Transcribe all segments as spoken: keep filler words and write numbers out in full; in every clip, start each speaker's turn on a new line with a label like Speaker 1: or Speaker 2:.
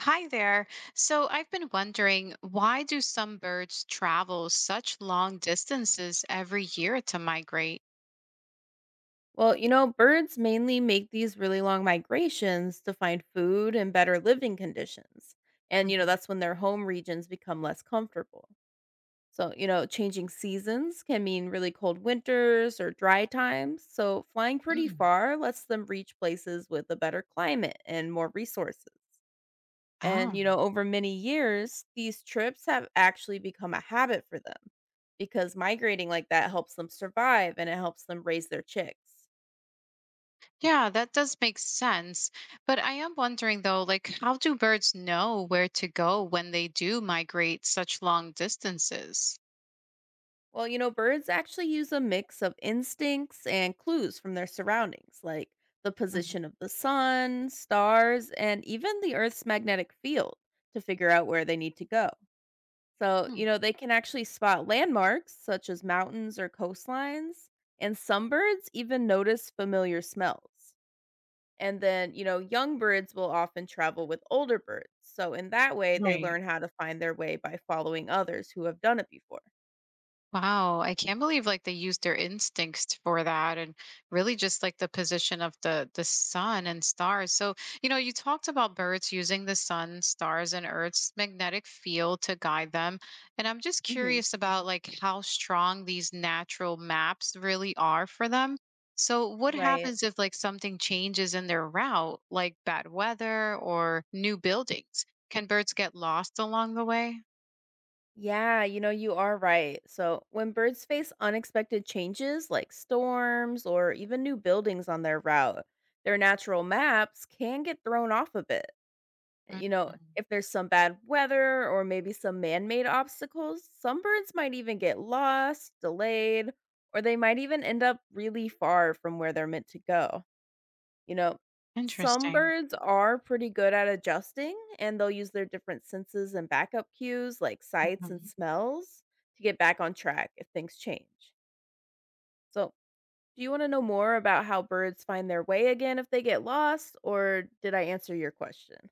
Speaker 1: Hi there. So I've been wondering, why do some birds travel such long distances every year to migrate?
Speaker 2: Well, you know, birds mainly make these really long migrations to find food and better living conditions. And, you know,
Speaker 1: Mhm.
Speaker 2: that's when their home regions become less comfortable. So, you know, changing seasons can mean really cold winters or dry times. So, flying pretty
Speaker 1: Mm.
Speaker 2: far lets them reach places with a better climate and more resources. And,
Speaker 1: Oh,
Speaker 2: you know, over many years, these trips have actually become a habit for them because migrating like that helps them survive and it helps them raise their chicks.
Speaker 1: yeah, that does make sense. But I am wondering though, like, how do birds know where to go when they do migrate such long distances?
Speaker 2: Well, you know, birds actually use a mix of instincts and clues from their surroundings, like the
Speaker 1: Mhm.
Speaker 2: position of the sun, stars, and even the Earth's magnetic field to figure out where they need to go. So, you
Speaker 1: Mm.
Speaker 2: know, they can actually spot landmarks such as mountains or coastlines, and some birds even notice familiar smells. And then, you know, young birds will often travel with older birds. So, in that way, they
Speaker 1: Right.
Speaker 2: learn how to find their way by following others who have done it before.
Speaker 1: Wow, I can't believe like they used their instincts for that and really just like the position of the the sun and stars. So, you know, you talked about birds using the sun, stars and earth's magnetic field to guide them. And I'm just
Speaker 2: Hmm.
Speaker 1: curious about like how strong these natural maps really are for them. So, what
Speaker 2: Right.
Speaker 1: happens if like something changes in their route, like bad weather or new buildings? Can birds get lost along the way?
Speaker 2: Yeah, you know, you are right. So, when birds face unexpected changes like storms or even new buildings on their route, their natural maps can get thrown off a bit.
Speaker 1: Mm.
Speaker 2: You know, if there's some bad weather or maybe some man made obstacles, some birds might even get lost, delayed, or they might even end up really far from where they're meant to go. You know, some
Speaker 1: Interesting.
Speaker 2: birds are pretty good at adjusting and they'll use their different senses and backup cues like sights and smells to get back on track if things change. So, do you want to know more about how birds find their way again if they get lost, or did I answer your question?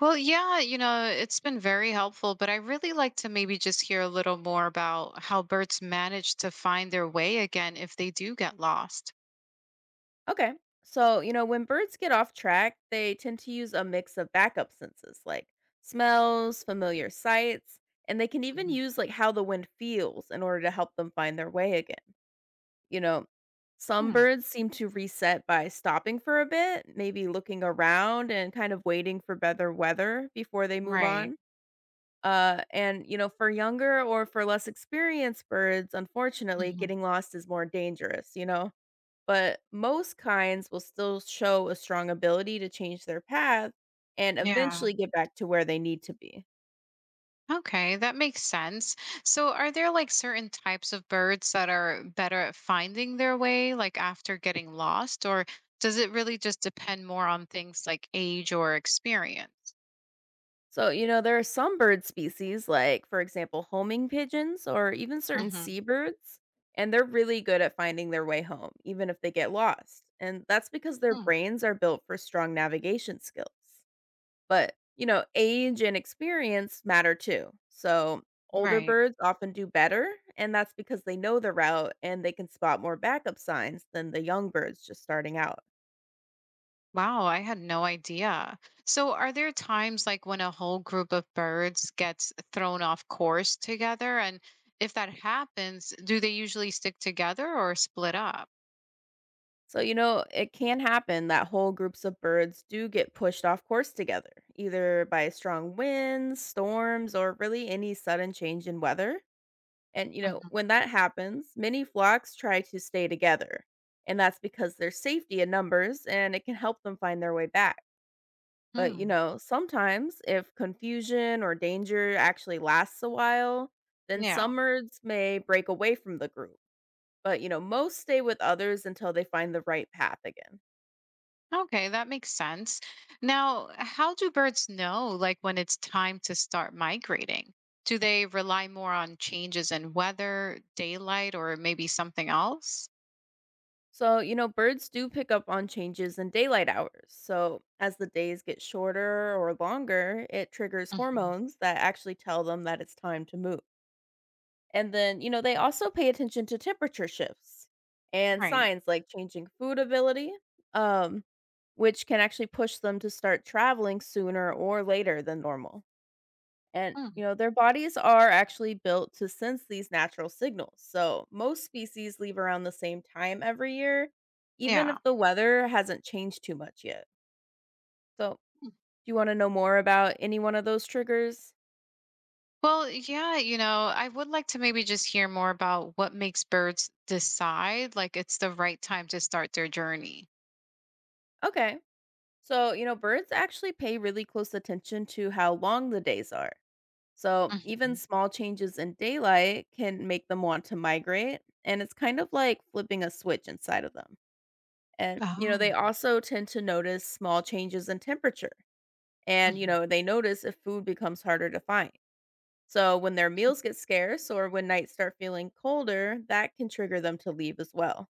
Speaker 1: Well, yeah, you know, it's been very helpful, but I really like to maybe just hear a little more about how birds manage to find their way again if they do get lost.
Speaker 2: Okay. So, you know, when birds get off track, they tend to use a mix of backup senses like smells, familiar sights, and they can even
Speaker 1: Mhm.
Speaker 2: use like how the wind feels in order to help them find their way again. You know, some
Speaker 1: Mm.
Speaker 2: birds seem to reset by stopping for a bit, maybe looking around and kind of waiting for better weather before they move
Speaker 1: Right.
Speaker 2: on. Uh, and, you know, for younger or for less experienced birds, unfortunately,
Speaker 1: Hmm.
Speaker 2: getting lost is more dangerous, you know? But most kinds will still show a strong ability to change their path and
Speaker 1: Yeah.
Speaker 2: eventually get back to where they need to be.
Speaker 1: Okay, that makes sense. So, are there like certain types of birds that are better at finding their way, like after getting lost, or does it really just depend more on things like age or experience?
Speaker 2: So, you know, there are some bird species, like, for example, homing pigeons or even certain
Speaker 1: Hmm.
Speaker 2: seabirds, and they're really good at finding their way home, even if they get lost. And that's because their
Speaker 1: Hmm.
Speaker 2: brains are built for strong navigation skills. But, you know, age and experience matter too. So, older
Speaker 1: Right.
Speaker 2: birds often do better, and that's because they know the route and they can spot more backup signs than the young birds just starting out.
Speaker 1: Wow, I had no idea. So, are there times like when a whole group of birds gets thrown off course together? And if that happens, do they usually stick together or split up?
Speaker 2: So, you know, it can happen that whole groups of birds do get pushed off course together, either by strong winds, storms, or really any sudden change in weather. And, you know,
Speaker 1: Mhm.
Speaker 2: when that happens, many flocks try to stay together. And that's because there's safety in numbers and it can help them find their way back. But, you
Speaker 1: Hmm.
Speaker 2: know, sometimes if confusion or danger actually lasts a while, then
Speaker 1: Yeah.
Speaker 2: some birds may break away from the group. But, you know, most stay with others until they find the right path again.
Speaker 1: Okay, that makes sense. Now, how do birds know like when it's time to start migrating? Do they rely more on changes in weather, daylight, or maybe something else?
Speaker 2: So, you know, birds do pick up on changes in daylight hours. So, as the days get shorter or longer, it triggers
Speaker 1: Mhm.
Speaker 2: hormones that actually tell them that it's time to move. And then, you know, they also pay attention to temperature shifts and
Speaker 1: Right.
Speaker 2: signs like changing food ability, um, which can actually push them to start traveling sooner or later than normal. And,
Speaker 1: Hmm.
Speaker 2: you know, their bodies are actually built to sense these natural signals. So most species leave around the same time every year, even if
Speaker 1: Yeah.
Speaker 2: the weather hasn't changed too much yet. So, do you want to know more about any one of those triggers?
Speaker 1: Well, yeah, you know, I would like to maybe just hear more about what makes birds decide like it's the right time to start their journey.
Speaker 2: Okay. So, you know, birds actually pay really close attention to how long the days are. So, even
Speaker 1: Mhm.
Speaker 2: small changes in daylight can make them want to migrate. And it's kind of like flipping a switch inside of them. And, you know, they
Speaker 1: Oh,
Speaker 2: also tend to notice small changes in temperature. And, you
Speaker 1: mhm.
Speaker 2: know, they notice if food becomes harder to find. So when their meals get scarce or when nights start feeling colder, that can trigger them to leave as well.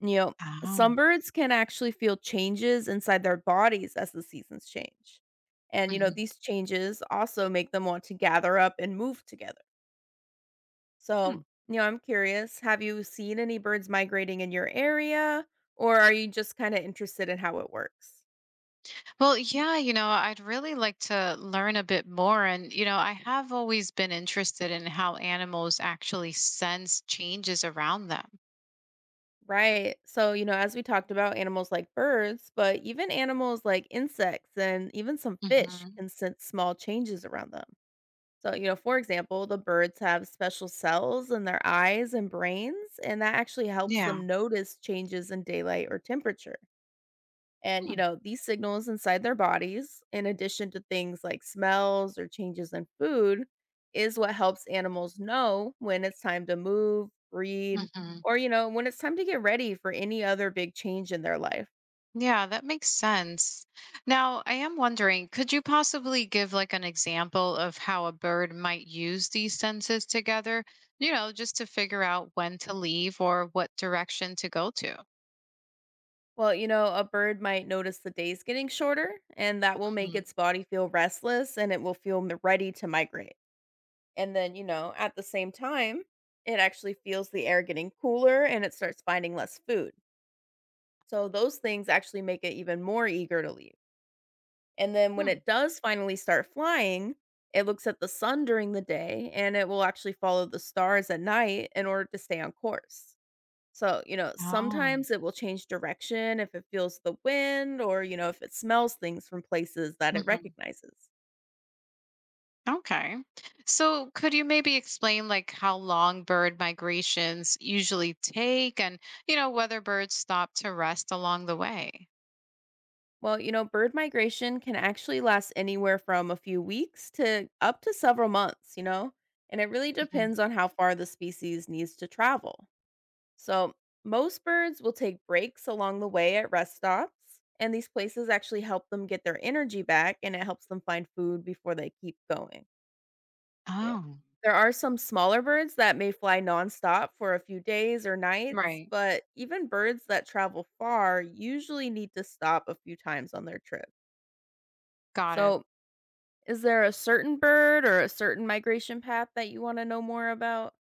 Speaker 2: You know,
Speaker 1: Oh,
Speaker 2: some birds can actually feel changes inside their bodies as the seasons change. And, you know,
Speaker 1: mhm.
Speaker 2: these changes also make them want to gather up and move together.
Speaker 1: Hmm.
Speaker 2: So, you know, I'm curious, have you seen any birds migrating in your area, or are you just kind of interested in how it works?
Speaker 1: Well, yeah, you know, I'd really like to learn a bit more. And, you know, I have always been interested in how animals actually sense changes around them.
Speaker 2: Right. So, you know, as we talked about animals like birds, but even animals like insects and even some fish
Speaker 1: Mhm.
Speaker 2: can sense small changes around them. So, you know, for example, the birds have special cells in their eyes and brains, and that actually helps
Speaker 1: Yeah.
Speaker 2: them notice changes in daylight or temperature. And, you
Speaker 1: Hmm.
Speaker 2: know, these signals inside their bodies, in addition to things like smells or changes in food, is what helps animals know when it's time to move, breed,
Speaker 1: Mhm.
Speaker 2: or, you know, when it's time to get ready for any other big change in their life.
Speaker 1: Yeah, that makes sense. Now, I am wondering, could you possibly give like an example of how a bird might use these senses together, you know, just to figure out when to leave or what direction to go to?
Speaker 2: Well, you know, a bird might notice the days getting shorter, and that will make
Speaker 1: Mhm.
Speaker 2: its body feel restless and it will feel m- ready to migrate. And then, you know, at the same time, it actually feels the air getting cooler and it starts finding less food. So those things actually make it even more eager to leave. And then when
Speaker 1: Hmm.
Speaker 2: it does finally start flying, it looks at the sun during the day and it will actually follow the stars at night in order to stay on course. So, you know,
Speaker 1: Oh.
Speaker 2: sometimes it will change direction if it feels the wind or, you know, if it smells things from places that it
Speaker 1: Mhm.
Speaker 2: recognizes.
Speaker 1: Okay. So, could you maybe explain like how long bird migrations usually take and, you know, whether birds stop to rest along the way?
Speaker 2: Well, you know, bird migration can actually last anywhere from a few weeks to up to several months, you know, and it really
Speaker 1: Mhm.
Speaker 2: depends on how far the species needs to travel. So, most birds will take breaks along the way at rest stops, and these places actually help them get their energy back and it helps them find food before they keep going. You know,
Speaker 1: Oh.
Speaker 2: there are some smaller birds that may fly nonstop for a few days or nights,
Speaker 1: Right.
Speaker 2: but even birds that travel far usually need to stop a few times on their trip.
Speaker 1: Got it.
Speaker 2: So, is there a certain bird or a certain migration path that you want to know more about?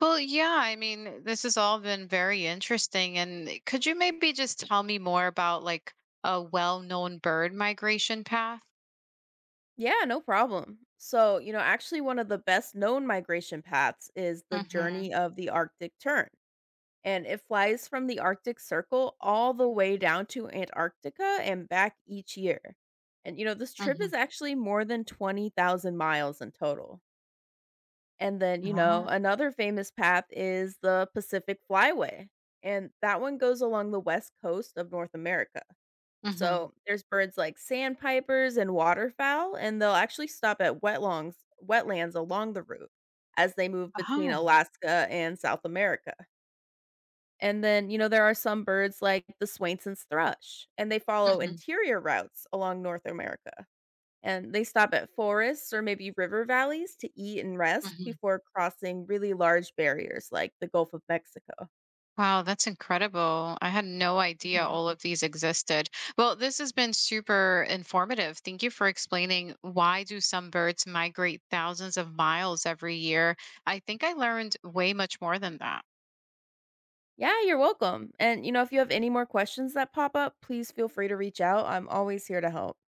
Speaker 1: Well, yeah, I mean, this has all been very interesting. And could you maybe just tell me more about like a well-known bird migration path?
Speaker 2: Yeah, no problem. So, you know, actually, one of the best known migration paths is the
Speaker 1: Mm-hmm.
Speaker 2: journey of the Arctic tern. And it flies from the Arctic Circle all the way down to Antarctica and back each year. And, you know, this trip is
Speaker 1: Mm-hmm.
Speaker 2: actually more than twenty thousand miles in total. And then, you know,
Speaker 1: Oh.
Speaker 2: another famous path is the Pacific Flyway. And that one goes along the west coast of North America.
Speaker 1: Mm-hmm.
Speaker 2: So, there's birds like sandpipers and waterfowl, and they'll actually stop at wetlongs wetlands along the route as they move between
Speaker 1: Oh.
Speaker 2: Alaska and South America. And then, you know, there are some birds like the Swainson's thrush, and they follow
Speaker 1: Mm-hmm.
Speaker 2: interior routes along North America. And they stop at forests or maybe river valleys to eat and rest
Speaker 1: Mm-hmm.
Speaker 2: before crossing really large barriers like the Gulf of Mexico.
Speaker 1: Wow, that's incredible. I had no idea
Speaker 2: Mhm.
Speaker 1: all of these existed. Well, this has been super informative. Thank you for explaining why do some birds migrate thousands of miles every year. I think I learned way much more than that.
Speaker 2: Yeah, you're welcome. And, you know, if you have any more questions that pop up, please feel free to reach out. I'm always here to help.